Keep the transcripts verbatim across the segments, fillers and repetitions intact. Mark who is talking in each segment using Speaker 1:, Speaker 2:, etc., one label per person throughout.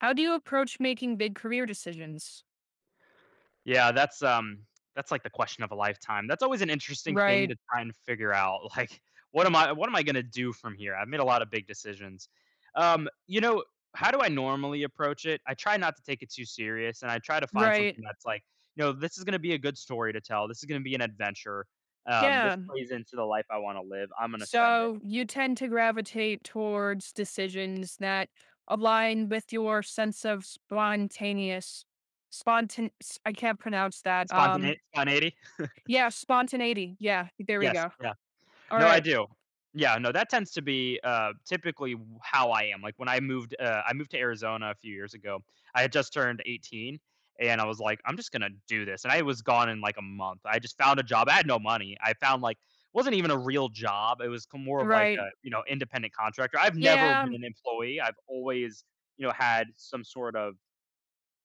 Speaker 1: How do you approach making big career decisions?
Speaker 2: Yeah, that's, um that's, like, the question of a lifetime. That's always an interesting thing
Speaker 1: Right.
Speaker 2: to try and figure out, like, what am I what am I gonna do from here? I've made a lot of big decisions. Um, you know, how do I normally approach it? I try not to take it too serious, and I try to find
Speaker 1: Right.
Speaker 2: something that's like, you know, this is gonna be a good story to tell. This is gonna be an adventure. Um,
Speaker 1: Yeah.
Speaker 2: this plays into the life I wanna live. I'm gonna send it.
Speaker 1: So you tend to gravitate towards decisions that align with your sense of spontaneous spontan s- I can't pronounce that. Um
Speaker 2: Spontane spontaneity?
Speaker 1: yeah, spontaneity. Yeah, there we
Speaker 2: Yes.
Speaker 1: go.
Speaker 2: Yeah.
Speaker 1: All
Speaker 2: No, I
Speaker 1: right.
Speaker 2: do. Yeah, no, that tends to be, uh, typically w how I am, like, when I moved, uh I moved to Arizona a few years ago. I had just turned eighteen, and I was like, "I'm just gonna do this," and I was gone in, like, a month. I just found a job. I had no money. I found, like wasn't even a real job. It was co more of like
Speaker 1: Right.
Speaker 2: a, you know, independent contractor. I've never been
Speaker 1: Yeah,
Speaker 2: an employee. I've always, you know, had some sort of,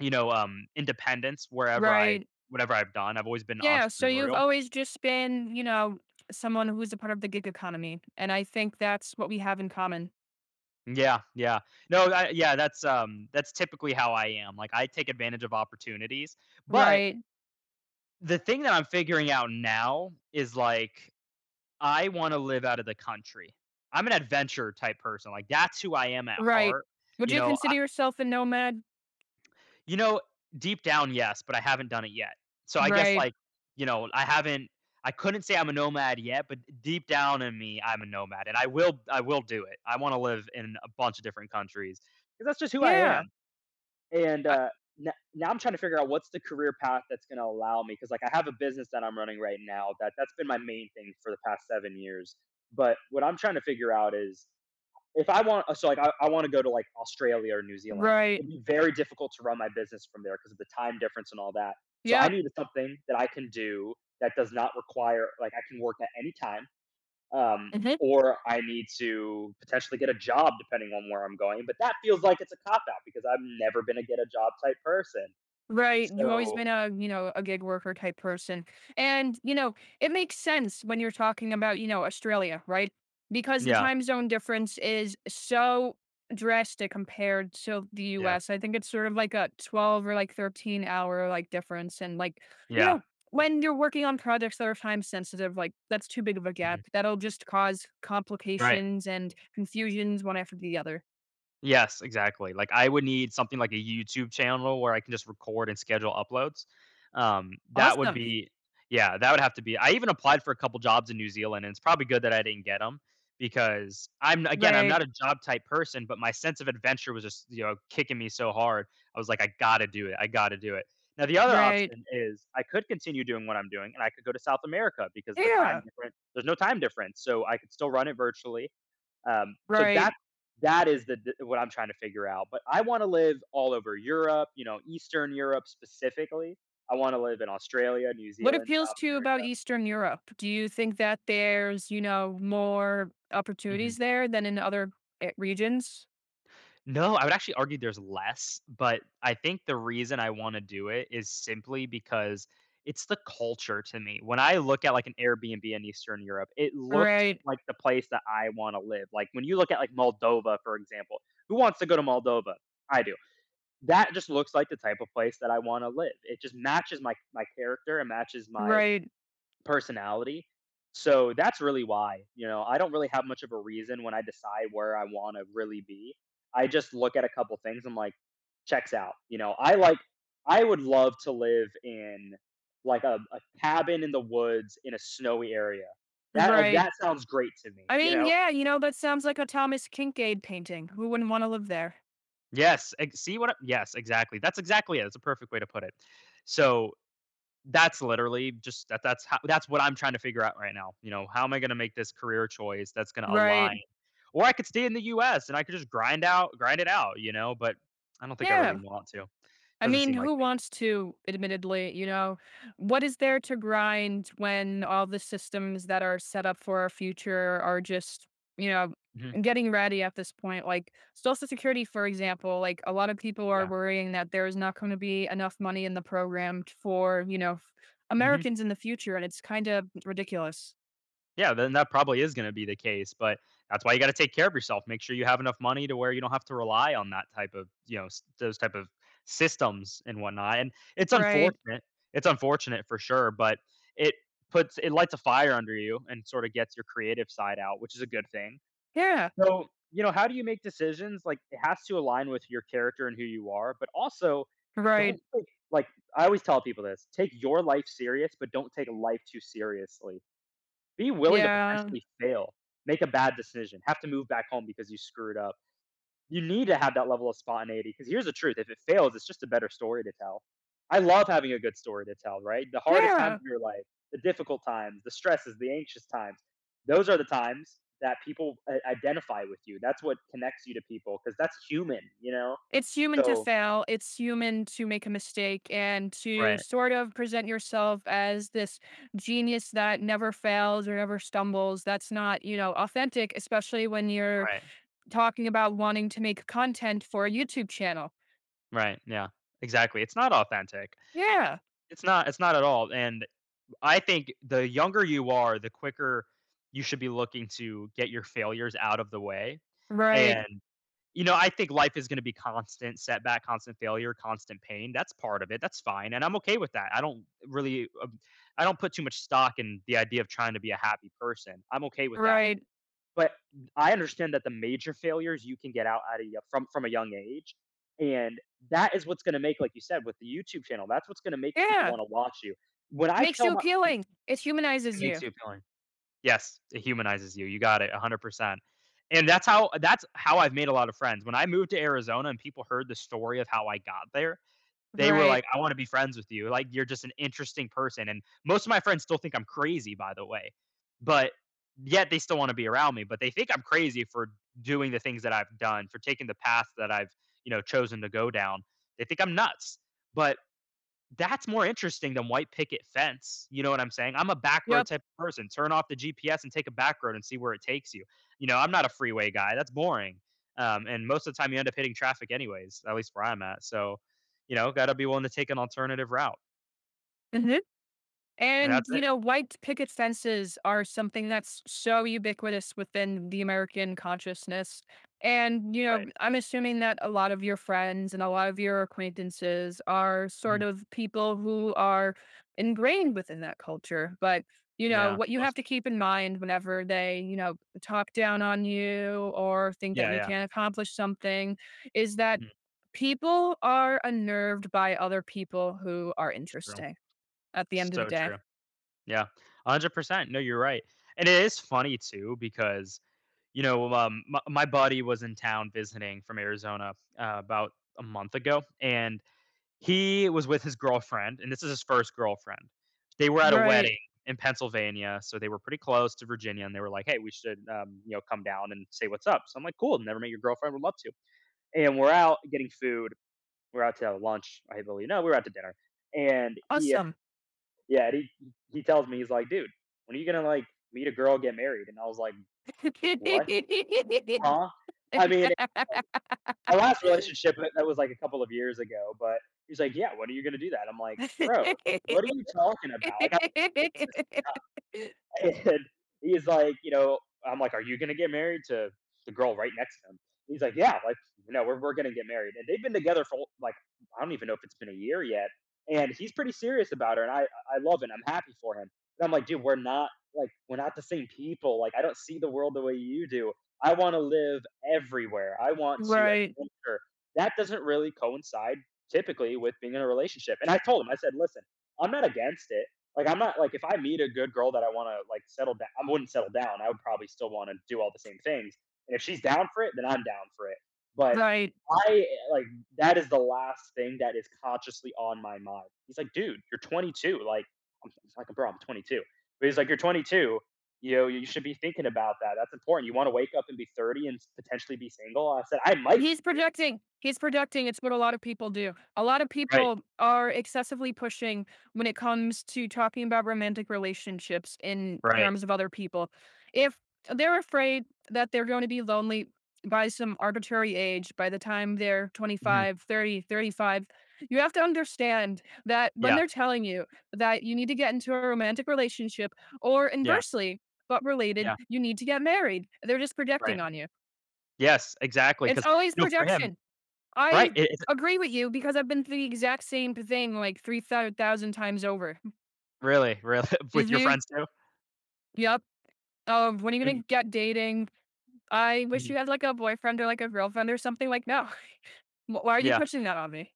Speaker 2: you know, um, independence wherever I
Speaker 1: right.
Speaker 2: whatever I've done. I've always been
Speaker 1: Yeah, so you've
Speaker 2: entrepreneurial.
Speaker 1: always just been, you know, someone who's a part of the gig economy, and I think that's what we have in common.
Speaker 2: Yeah, yeah. No, I yeah, that's, um, that's typically how I am. Like, I take advantage of opportunities, but
Speaker 1: Right.
Speaker 2: the thing that I'm figuring out now is, like, I wanna live out of the country. I'm an adventure type person, like, that's who I am at
Speaker 1: Right.
Speaker 2: heart,
Speaker 1: Would
Speaker 2: you
Speaker 1: you
Speaker 2: know,
Speaker 1: consider
Speaker 2: I
Speaker 1: yourself a nomad?
Speaker 2: you know, deep down, yes, but I haven't done it yet. So, I guess,
Speaker 1: Right.
Speaker 2: like, you know, I haven't I couldn't say I'm a nomad yet, but deep down in me, I'm a nomad, and I will I will do it. I wanna live in a bunch of different countries because that's just who I
Speaker 1: Yeah.
Speaker 2: am. And,
Speaker 1: I
Speaker 2: uh, n now I'm trying to figure out what's the career path that's gonna allow me because, like, I have a business that I'm running right now that that's been my main thing for the past seven years. But what I'm trying to figure out is if I want uh, so, like, I I wanna go to, like, Australia or New Zealand.
Speaker 1: right.
Speaker 2: It'd be very difficult to run my business from there because of the time difference and all that. So I
Speaker 1: Yep.
Speaker 2: need something that I can do that does not require like, I can work at any time um,
Speaker 1: Mhm.
Speaker 2: or I need to potentially get a job depending on where I'm going. But that feels like it's a cop out because I've never been a get a job type person.
Speaker 1: Right. You've always
Speaker 2: So
Speaker 1: been a, you know, a gig worker type person. And, you know, it makes sense when you're talking about, you know, Australia, right? Because the
Speaker 2: yeah,
Speaker 1: time zone difference is so drastic compared to the
Speaker 2: yeah,
Speaker 1: U S. I think it's sort of like a twelve or like thirteen hour like difference. And like, you
Speaker 2: yeah.
Speaker 1: know, when you're working on projects that are time sensitive, like that's too big of a gap.
Speaker 2: Mhm.
Speaker 1: That'll just cause
Speaker 2: Right.
Speaker 1: complications and confusions one after the other.
Speaker 2: Yes, exactly. Like, I would need something like a YouTube channel where I can just record and schedule uploads. Um, that would
Speaker 1: Awesome.
Speaker 2: be yeah, that would have to be I even applied for a couple jobs in New Zealand, and it's probably good that I didn't get get them because I'm again, I'm
Speaker 1: Right.
Speaker 2: not a job type person, but my sense of adventure was just, you know, kicking me so hard. I was like, "I gotta do it. I gotta do it." Now the other
Speaker 1: Right.
Speaker 2: option is I could continue doing what I'm doing, and I could go to South America because the time
Speaker 1: Yeah.
Speaker 2: different there's no time difference, so I could still run it virtually. Um, so
Speaker 1: Right.
Speaker 2: that that is the the- what I'm trying to figure out. But I want to live all over Europe, you know, Eastern Europe specifically. I want to live in Australia, New
Speaker 1: What
Speaker 2: Zealand,
Speaker 1: appeals
Speaker 2: South
Speaker 1: to you about
Speaker 2: America.
Speaker 1: Eastern Europe? Do you think that there's, you know, more
Speaker 2: hmm
Speaker 1: opportunities there than in other eh, regions?
Speaker 2: No, I would actually argue there's less, but I think the reason I want to do it is simply because it's the culture to me. When I look at like an Airbnb in Eastern Europe, it looks
Speaker 1: Right,
Speaker 2: like the place that I want to live. Like when you look at like Moldova, for example, who wants to go to Moldova? I do. That just looks like the type of place that I wanna live. It just matches my my character, and matches my
Speaker 1: right,
Speaker 2: personality. So that's really why, you know, I don't really have much of a reason when I decide where I wanna really be. I just look at a couple things, I'm like, "Checks out." You know, I like I would love to live in, like, a a cabin in the woods in a snowy area. That like,
Speaker 1: right.
Speaker 2: that sounds great to me,
Speaker 1: I
Speaker 2: you
Speaker 1: mean,
Speaker 2: know?
Speaker 1: yeah, you know, that sounds like a Thomas Kincaid painting. Who wouldn't want to live there?
Speaker 2: Yes, ex see what I yes, exactly. That's exactly it, that's a perfect way to put it. So, That's literally just that that's how that's what I'm trying to figure out right now, you know, how am I gonna make this career choice that's gonna
Speaker 1: Right.
Speaker 2: align? Or I could stay in the U S and I could just grind out grind it out, you know, but I don't think I really
Speaker 1: Yeah.
Speaker 2: want to.
Speaker 1: I
Speaker 2: Doesn't
Speaker 1: mean,
Speaker 2: seem like
Speaker 1: who
Speaker 2: me.
Speaker 1: wants to, admittedly, you know? What is there to grind when all the systems that are set up for our future are just, you know,
Speaker 2: Mhm.
Speaker 1: getting ready at this point? Like Social Security, for example, like a lot of people are
Speaker 2: Yeah.
Speaker 1: worrying that there is not going to be enough money in the program t- for, you know, f-
Speaker 2: Mhm.
Speaker 1: Americans in the future. And it's kind of ridiculous.
Speaker 2: Yeah, then that probably is gonna be the case, but that's why you gotta take care of yourself. Make sure you have enough money to where you don't have to rely on that type of, you know, s those type of systems and whatnot, and it's
Speaker 1: Right.
Speaker 2: unfortunate. It's unfortunate for sure, but it puts it lights a fire under you and sorta gets your creative side out, which is a good thing.
Speaker 1: Yeah.
Speaker 2: So, you know, how do you make decisions? Like, it has to align with your character and who you are, but also
Speaker 1: Right.
Speaker 2: don't take like, I always tell people this, "Take your life serious, but don't take life too seriously." Be willing to
Speaker 1: Yeah.
Speaker 2: potentially fail, make a bad decision, have to move back home because you screwed up. You need to have that level of spontaneity because here's the truth, if it fails, it's just a better story to tell. I love having a good story to tell, right? The hardest times
Speaker 1: Yeah.
Speaker 2: of your life, the difficult times, the stresses, the anxious times, those are the times that people I identify with you. That's what connects you to people because that's human, you know?
Speaker 1: It's human to
Speaker 2: So
Speaker 1: fail. It's human to make a mistake and to
Speaker 2: right,
Speaker 1: sort of present yourself as this genius that never fails or never stumbles. That's not, you know, authentic, especially when you're
Speaker 2: right,
Speaker 1: talking about wanting to make content for a YouTube channel.
Speaker 2: right, yeah, exactly, it's not authentic.
Speaker 1: Yeah.
Speaker 2: It's not it's not at all, and I think the younger you are, the quicker you should be looking to get your failures out of the way,
Speaker 1: Right.
Speaker 2: and, you know, I think life is gonna be constant setback, constant failure, constant pain, that's part of it, that's fine, and I'm okay with that, I don't really, um I don't put too much stock in the idea of trying to be a happy person, I'm okay with that,
Speaker 1: Right.
Speaker 2: but I understand that the major failures you can get out at a y- from from a young age, and that is what's gonna make like you said, with the YouTube channel, that's what's gonna make people
Speaker 1: Yeah.
Speaker 2: wanna watch you. When
Speaker 1: It
Speaker 2: I
Speaker 1: makes you
Speaker 2: tell my pe
Speaker 1: appealing. It
Speaker 2: it
Speaker 1: humanizes
Speaker 2: makes
Speaker 1: you.
Speaker 2: you appealing. Yes, it humanizes you. You got it one hundred percent. And that's how that's how I've made a lot of friends. When I moved to Arizona and people heard the story of how I got there, they were
Speaker 1: Right.
Speaker 2: like, "I wanna be friends with you. Like, you're just an interesting person." And most of my friends still think I'm crazy, by the way, but yet they still wanna be around me, but they think I'm crazy for doing the things that I've done, for taking the path that I've, you know, chosen to go down. They think I'm nuts. But that's more interesting than white picket fence, you know what I'm saying? I'm a back road
Speaker 1: Yep.
Speaker 2: type of person, turn off the G P S and take a back road and see where it takes you. You know, I'm not a freeway guy, that's boring, um, and most of the time you end up hitting traffic anyways, at least where I'm at, so, you know, gotta be willing to take an alternative route, and
Speaker 1: And,
Speaker 2: that's
Speaker 1: you
Speaker 2: it.
Speaker 1: know, white picket fences are something that's so ubiquitous within the American consciousness. And, you know,
Speaker 2: Right.
Speaker 1: I'm assuming that a lot of your friends and a lot of your acquaintances are sort
Speaker 2: Mhm.
Speaker 1: of people who are ingrained within that culture. But, you know,
Speaker 2: Yeah,
Speaker 1: what you have to
Speaker 2: most
Speaker 1: keep in mind whenever they, you know, talk down on you or think that
Speaker 2: yeah,
Speaker 1: you
Speaker 2: yeah.
Speaker 1: can't accomplish something is that
Speaker 2: Mhm,
Speaker 1: people are unnerved by other people who are
Speaker 2: true.
Speaker 1: interesting at the end of the
Speaker 2: So
Speaker 1: day.
Speaker 2: true. Yeah, one hundred percent, no, you're right, and it is funny too because you know, um, my, my buddy was in town visiting from Arizona uh, about a month ago, and he was with his girlfriend, and this is his first girlfriend. They were at a
Speaker 1: Right.
Speaker 2: wedding in Pennsylvania, so they were pretty close to Virginia, and they were like, "Hey, we should, um, you know, come down and say what's up." So I'm like, "Cool, never met your girlfriend, would love to." And we're out getting food. We're out to lunch, I believe. No, we were out to dinner, and he,
Speaker 1: Awesome.
Speaker 2: yeah, he he tells me he's like, "Dude, when are you gonna like meet a girl, get married?" And I was like, "What? Huh?" I mean, my last relationship that that was like a couple of years ago, but he's like, "Yeah, when are you gonna do that?" I'm like, "Bro, what are you talking about?" Like, I like, and he's like, you know, I'm like, "Are you gonna get married to the girl right next to him?" He's like, "Yeah, like, you know, we're we're gonna get married." And they've been together for like I don't even know if it's been a year yet. And he's pretty serious about her, and I I love it. I'm happy for him. And I'm like, dude, we're not like we're not the same people. Like I don't see the world the way you do. I want to live everywhere. I want to
Speaker 1: Right.
Speaker 2: adventure. That doesn't really coincide typically with being in a relationship. And I told him, I said, listen, I'm not against it like I'm not like if I meet a good girl that I want to like settle down, I wouldn't settle down. I would probably still want to do all the same things. And if she's down for it, then I'm down for it. But
Speaker 1: Right.
Speaker 2: I like that is the last thing that is consciously on my mind. He's like, dude, you're twenty-two. Like, I'm it's like, bro, I'm twenty-two. But he's like, you're twenty-two. You know, you should be thinking about that. That's important. You want to wake up and be thirty and potentially be single. I said, I might
Speaker 1: He's
Speaker 2: be.
Speaker 1: projecting. He's projecting. It's what a lot of people do. A lot of
Speaker 2: Right,
Speaker 1: people are excessively pushing when it comes to talking about romantic relationships in
Speaker 2: right.
Speaker 1: terms of other people. If they're afraid that they're going to be lonely by some arbitrary age by the time they're
Speaker 2: Mhm.
Speaker 1: twenty-five, thirty, thirty-five, you have to understand that when
Speaker 2: Yeah,
Speaker 1: they're telling you that you need to get into a romantic relationship or
Speaker 2: yeah,
Speaker 1: inversely, but related,
Speaker 2: yeah,
Speaker 1: you need to get married, they're just
Speaker 2: right.
Speaker 1: projecting on you.
Speaker 2: Yes, exactly.
Speaker 1: It's
Speaker 2: Because
Speaker 1: always
Speaker 2: you know, for him
Speaker 1: projection.
Speaker 2: right,
Speaker 1: I
Speaker 2: it
Speaker 1: agree with you because I've been through the exact same thing like three thousand times over.
Speaker 2: really, really with your
Speaker 1: Mhm.
Speaker 2: friends too?
Speaker 1: Yep. Um, when are you
Speaker 2: Mm,
Speaker 1: gonna get dating? I wish
Speaker 2: mhm.
Speaker 1: you had like a boyfriend or like a girlfriend or something. Like, no. Wh- Why are you
Speaker 2: Yeah,
Speaker 1: pushing that on me?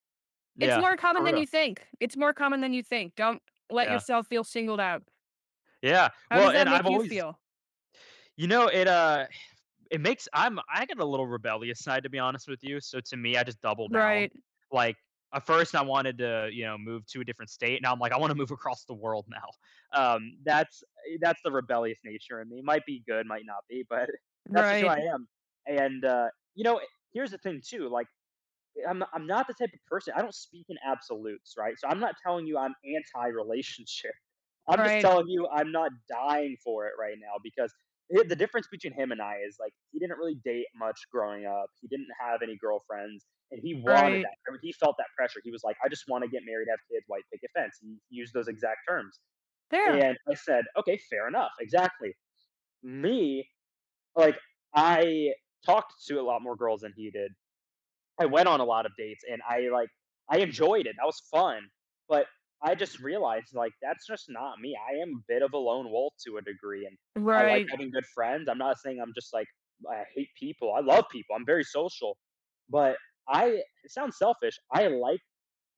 Speaker 1: It's
Speaker 2: yeah,
Speaker 1: more common
Speaker 2: for
Speaker 1: than
Speaker 2: real.
Speaker 1: you think. It's more common than you think. Don't let
Speaker 2: Yeah,
Speaker 1: yourself feel singled out.
Speaker 2: yeah.
Speaker 1: How
Speaker 2: Well,
Speaker 1: does that
Speaker 2: and
Speaker 1: make
Speaker 2: I've
Speaker 1: you
Speaker 2: always
Speaker 1: feel?
Speaker 2: you know, it, uh, it makes I'm I get a little rebellious side to be honest with you, so to me, I just double down.
Speaker 1: Right.
Speaker 2: Like, at first I wanted to, you know, move to a different state, now I'm like, "I wanna move across the world now." Um, that's eh, that's the rebellious nature in me. Might be good, might not be, but that's just who
Speaker 1: Right.
Speaker 2: I am. And, uh, you know, eh, here's the thing too, like I'm not, I'm not the type of person. I don't speak in absolutes, right? So I'm not telling you I'm anti-relationship. I'm just
Speaker 1: Right.
Speaker 2: telling you I'm not dying for it right now because i- the difference between him and I is like he didn't really date much growing up. He didn't have any girlfriends, and he wanted
Speaker 1: Right.
Speaker 2: that. I mean, he felt that pressure. He was like, "I just want to get married, have kids, white picket fence." He used those exact terms,
Speaker 1: Yeah.
Speaker 2: and I said, "Okay, fair enough, exactly." Me, like I talked to a lot more girls than he did I went on a lot of dates and I like I enjoyed it. That was fun. But I just realized like that's just not me. I am a bit of a lone wolf to a degree and I like
Speaker 1: Right.
Speaker 2: having good friends. I'm not saying I'm just like I hate people. I love people. I'm very social. But I it sounds selfish. I like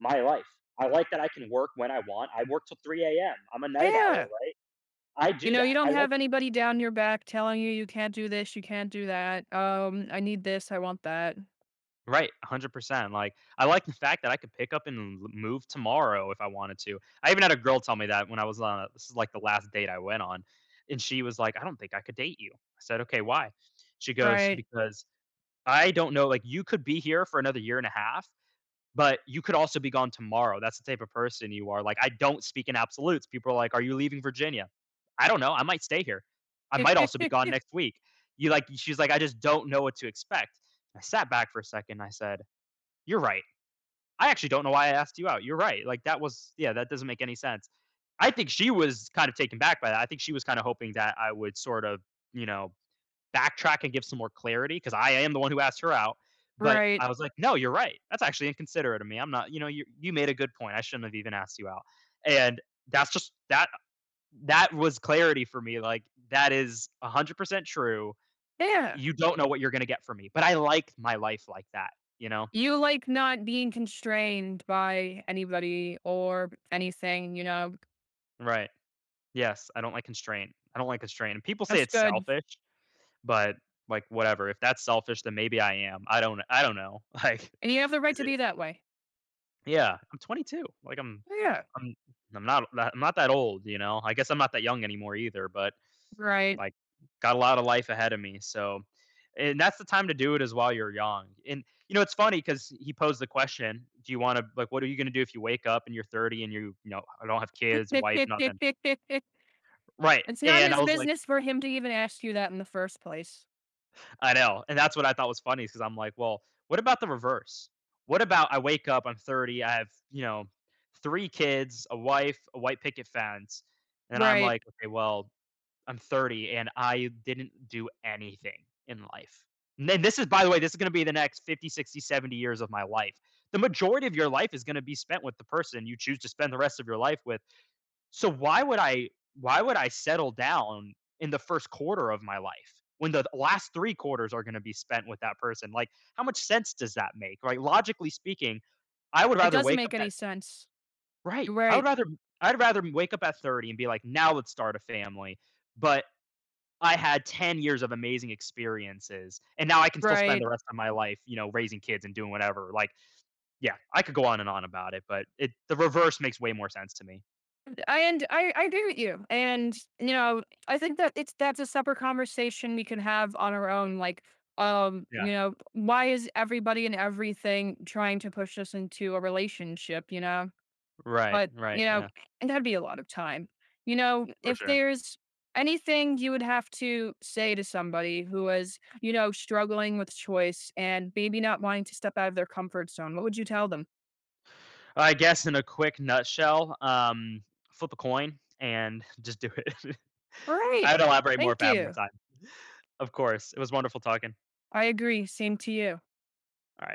Speaker 2: my life. I like that I can work when I want. I work till three a m. I'm a night owl,
Speaker 1: Yeah.
Speaker 2: right? I
Speaker 1: You
Speaker 2: do
Speaker 1: know, you
Speaker 2: that.
Speaker 1: don't
Speaker 2: I like
Speaker 1: have anybody down your back telling you, "You can't do this, you can't do that, um, I need this, I want that."
Speaker 2: right, one hundred percent, like, I like the fact that I could pick up and l move tomorrow if I wanted to. I even had a girl tell me that when I was on a this is, like, the last date I went on, and she was like, "I don't think I could date you." I said, "Okay, why?" She goes,
Speaker 1: Right.
Speaker 2: "Because I don't know, like, you could be here for another year and a half, but you could also be gone tomorrow. That's the type of person you are." Like, I don't speak in absolutes. People are like, "Are you leaving Virginia?" "I don't know. I might stay here. I might also be gone next week." You like she's like, "I just don't know what to expect." I sat back for a second, I said you're right. I actually don't know why I asked you out. You're right. Like that was yeah, that doesn't make any sense. I think she was kind of taken back by that. I think she was kind of hoping that I would sort of, you know, backtrack and give some more clarity because I am the one who asked her out. But
Speaker 1: Right.
Speaker 2: I was like, no, you're right. That's actually inconsiderate of me. I'm not, you know, you you made a good point. I shouldn't have even asked you out. And that's just that that was clarity for me. Like that is one hundred percent true.
Speaker 1: Yeah.
Speaker 2: You don't know what you're gonna get from me. But I like my life like that, you know?
Speaker 1: You like not being constrained by anybody or anything, you know?
Speaker 2: Right. Yes, I don't like constraint. I don't like constraint, and people say
Speaker 1: That's
Speaker 2: it's
Speaker 1: good,
Speaker 2: selfish, but, like, whatever, if that's selfish, then maybe I am. I don't I don't know. Like,
Speaker 1: and you have the right
Speaker 2: is
Speaker 1: to
Speaker 2: it
Speaker 1: be that way.
Speaker 2: yeah, I'm twenty-two. Like, I'm
Speaker 1: Yeah.
Speaker 2: I'm I'm not that I'm not that old, you know? I guess I'm not that young anymore either, but,
Speaker 1: Right.
Speaker 2: like, got a lot of life ahead of me, so and that's the time to do it is while you're young, and, you know, it's funny because he posed the question, "Do you wanna like, what are you gonna do if you wake up and you're thirty and you, you know, don't have kids, wife, nothing?" Right,
Speaker 1: It's not
Speaker 2: and I
Speaker 1: his
Speaker 2: was like
Speaker 1: business for him to even ask you that in the first place.
Speaker 2: I know, and that's what I thought was funny because I'm like, well, what about the reverse? What about I wake up, I'm thirty, I have you know three kids, a wife, a white picket fence, and I'm
Speaker 1: Right.
Speaker 2: like, okay, well, I'm thirty and I didn't do anything in life. And then this is, by the way, this is going to be the next fifty, sixty, seventy years of my life. The majority of your life is going to be spent with the person you choose to spend the rest of your life with. So why would I why would I settle down in the first quarter of my life when the last three quarters are gonna be spent with that person? Like, how much sense does that make? Like, logically speaking, I would
Speaker 1: It
Speaker 2: rather
Speaker 1: doesn't
Speaker 2: wake up
Speaker 1: make any
Speaker 2: at
Speaker 1: sense.
Speaker 2: right. I would
Speaker 1: Right.
Speaker 2: rather I'd rather wake up at thirty and be like, "Now let's start a family." But I had ten years of amazing experiences, and now I can still spend
Speaker 1: Right.
Speaker 2: the rest of my life, you know, raising kids and doing whatever. Like, yeah, I could go on and on about it, but it the reverse makes way more sense to me.
Speaker 1: and I, I agree with you. And you know, I think that it's that's a separate conversation we can have on our own. Like, um,
Speaker 2: Yeah.
Speaker 1: you know, why is everybody and everything trying to push us into a relationship, you know?
Speaker 2: Right,
Speaker 1: But,
Speaker 2: right,
Speaker 1: you know,
Speaker 2: yeah.
Speaker 1: and that'd be a lot of time. You know,
Speaker 2: For
Speaker 1: if
Speaker 2: sure.
Speaker 1: there's anything you would have to say to somebody who is, you know, struggling with choice and maybe not wanting to step out of their comfort zone, what would you tell them?
Speaker 2: I guess in a quick nutshell, um, flip a coin and just do it.
Speaker 1: All right.
Speaker 2: I'd elaborate more if
Speaker 1: Thank
Speaker 2: I had more
Speaker 1: you.
Speaker 2: time. Of course. It was wonderful talking.
Speaker 1: I agree. Same to you.
Speaker 2: All right.